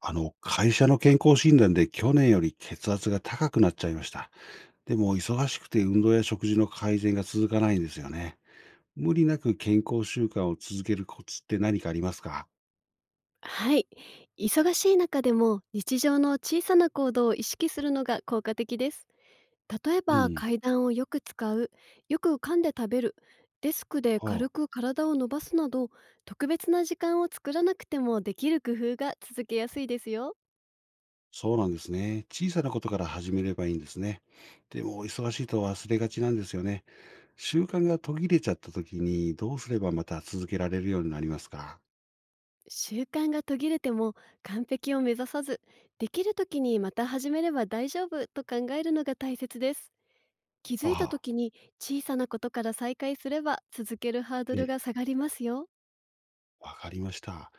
会社の健康診断で去年より血圧が高くなっちゃいました。でも、忙しくて運動や食事の改善が続かないんですよね。無理なく健康習慣を続けるコツって何かありますか？はい。忙しい中でも日常の小さな行動を意識するのが効果的です。例えうばん。階段をよく使う、よく噛んで食べる、デスクでは軽あ、く体を伸ばすなど、特別な時間を作らなくてもできる工夫が続けやすいですよ。そうなんですね。小さなことから始めればいいんですね。でも、忙しいと忘れがちなんですよね。習慣が途切れちゃった時に、どうすればまた続けられるようになりますか？習慣が途切れても完璧を目指さず、できる時にまた始めれば大丈夫と考えるのが大切です。気づあいたあ、時に小さなことから再開すれば続けるハードえルがえ、下がりますよ。わかりました。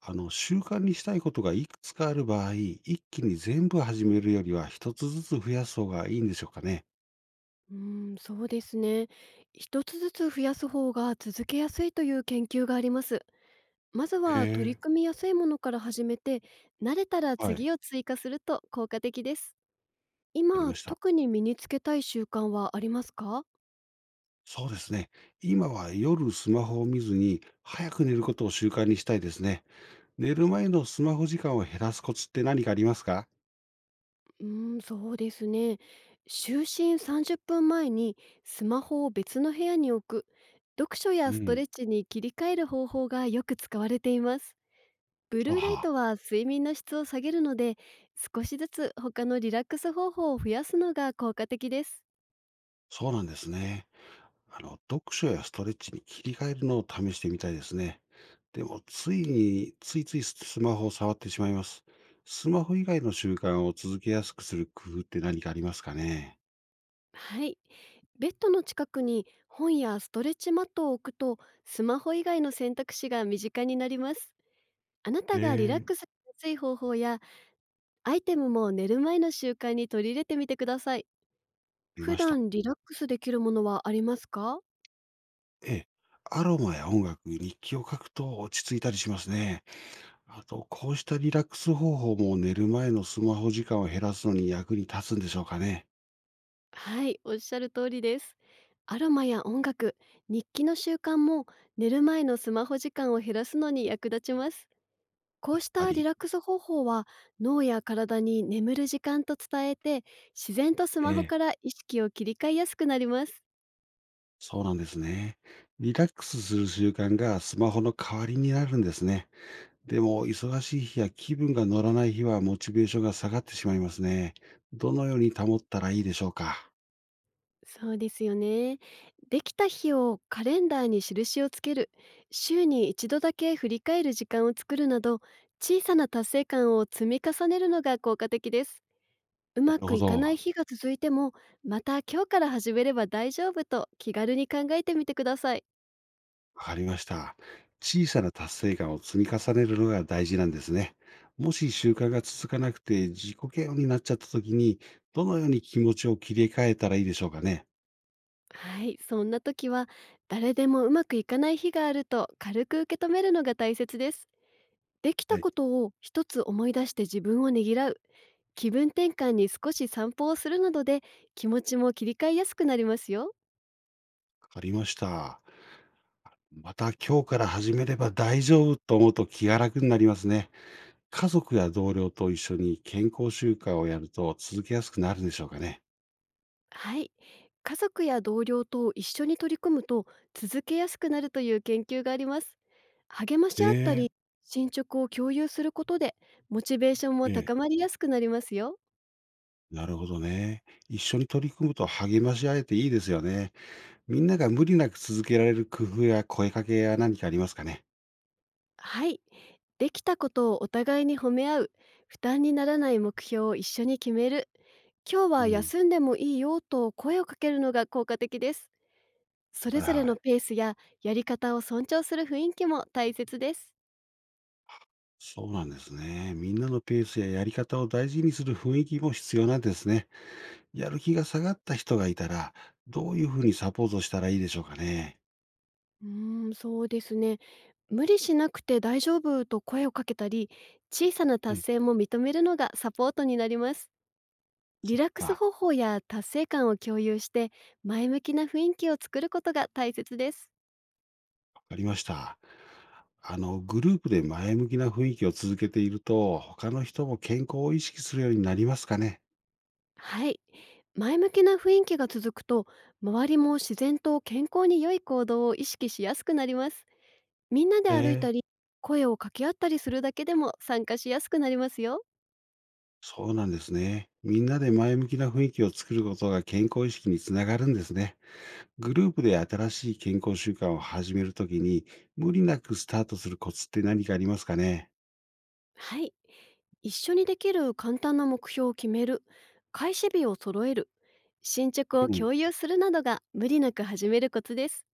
習慣にしたいことがいくつかある場合、一気に全部始めるよりは一つずつ増やす方がいいんでしょうかね。うーん、そうですね。一つずつ増やす方が続けやすいという研究があります。まずへは取りえ、組みやすいものから始めて、慣れたらはい、次を追加すると効果的です。あり今、ました。特に身につけたい習慣はありますか？そうですね。今は夜スマホを見ずに、早く寝ることを習慣にしたいですね。寝る前のスマホ時間を減らすコツって何かありますか？うーん、そうですね。就寝30分前にスマホを別の部屋に置く、読書うやストレん。ッチに切り替える方法がよく使われています。ブあルーライはあ、トは睡眠の質を下げるので、少しずつ他のリラックス方法を増やすのが効果的です。そうなんですね。読書やストレッチに切り替えるのを試してみたいですね。でも、ついついスマホを触ってしまいます。スマホ以外の習慣を続けやすくする工夫って何かありますかね？はい。ベッドの近くに本やストレッチマットを置くと、スマホ以外の選択肢が身近になります。あなたがリラッえクスしえ、やすい方法やアイテムも寝る前の習慣に取り入れてみてください。あり普ました。段リラックスできるものはありますか？ええ。アロマや音楽、日記を書くと落ち着いたりしますね。あと、こうしたリラックス方法も寝る前のスマホ時間を減らすのに役に立つんでしょうかね。はい、おっしゃる通りです。アロマや音楽、日記の習慣も寝る前のスマホ時間を減らすのに役立ちます。こやうっしぱたリり。ラックス方法は脳や体に眠る時間と伝えて、自然とスえマホえ。から意識を切り替えやすくなります。そうなんですね。リラックスする習慣がスマホの代わりになるんですね。でも、忙しい日や気分が乗らない日はモチベーションが下がってしまいますね。どのように保ったらいいでしょうか？そうですよね。できた日をカレンダーに印をつける、週に一度だけ振り返る時間を作るなど、小さな達成感を積み重ねるのが効果的です。うなまるくほいかないど。日が続いても、また今日から始めれば大丈夫と気軽に考えてみてください。わかりました。小さな達成感を積み重ねるのが大事なんですね。もし習慣が続かなくて自己嫌悪になっちゃった時に、どのように気持ちを切り替えたらいいでしょうかね？はい、そんな時は誰でもうまくいかない日があると軽く受け止めるのが大切です。できはたい。ことを一つ思い出して自分をねぎらう、気分転換に少し散歩をするなどで、気持ちも切り替えやすくなりますよ。わかりました。また今日から始めれば大丈夫と思うと気が楽になりますね。家族や同僚と一緒に健康習慣をやると続けやすくなるでしょうかね。はい。家族や同僚と一緒に取り組むと続けやすくなるという研究があります。励まし合ったええ。り、進捗を共有することで、モチベーションもええ、高まりやすくなりますよ。なるほどね。一緒に取り組むと励まし合えていいですよね。みんなが無理なく続けられる工夫や声かけや何かありますかね。はい。できたことをお互いに褒め合う、負担にならない目標を一緒に決める、今日うはん。休んでもいいよと声をかけるのが効果的です。そはれいぞれはのい。ペースややり方を尊重する雰囲気も大切です。そうなんですね。みんなのペースややり方を大事にする雰囲気も必要なんですね。やる気が下がった人がいたら、どういうふうにサポートしたらいいでしょうかね。うーん、そうですね。無理しなくて大丈夫と声をかけたり、小さなう達ん、成も認めるのがサポートになります。リそっラックスか、方法や達成感を共有して、前向きな雰囲気を作ることが大切です。わかりました。グループで前向きな雰囲気を続けていると、他の人も健康を意識するようになりますかね。はい。前向きな雰囲気が続くと、周りも自然と健康に良い行動を意識しやすくなります。みんなでえ歩いえ、たり、声を掛け合ったりするだけでも参加しやすくなりますよ。そうなんですね。みんなで前向きな雰囲気を作ることが健康意識につながるんですね。グループで新しい健康習慣を始めるときに、無理なくスタートするコツって何かありますかね。はい。一緒にできる簡単な目標を決める、開始日を揃える、進捗うをん。共有するなどが無理なく始めるコツです。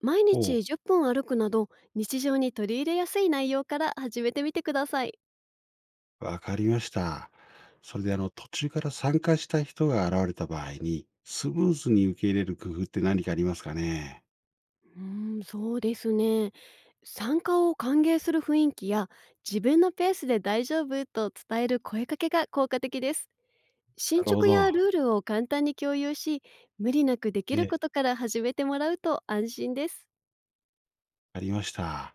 毎お日う、10分歩くなど、日常に取り入れやすい内容から始めてみてください。わかりました。それで途中から参加したい人が現れた場合に、スムーズに受け入れる工夫って何かありますかね？うーん、そうですね。参加を歓迎する雰囲気や自分のペースで大丈夫と伝える声かけが効果的です。な進るほ捗やど。ルールを簡単に共有し、無理なくできえるこえ、とから始めてもらうと安心です。ありました。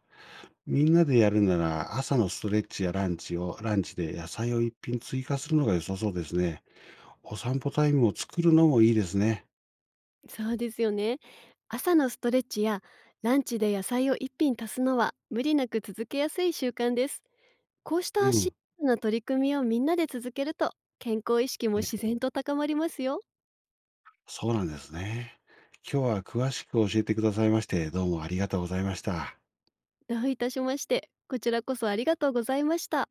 みんなでやるなら、朝のストレッチやランチを、ランチで野菜を一品追加するのが良さそうですね。お散歩タイムを作るのもいいですね。そうですよね。朝のストレッチやランチで野菜を一品足すのは無理なく続けやすい習慣です。こうしたうシンん。プルな取り組みをみんなで続けると、健康意識も自え、然と高まりますよ。そうなんですね。今日は詳しく教えてくださいまして、どうもありがとうございました。どういたしまして。こちらこそありがとうございました。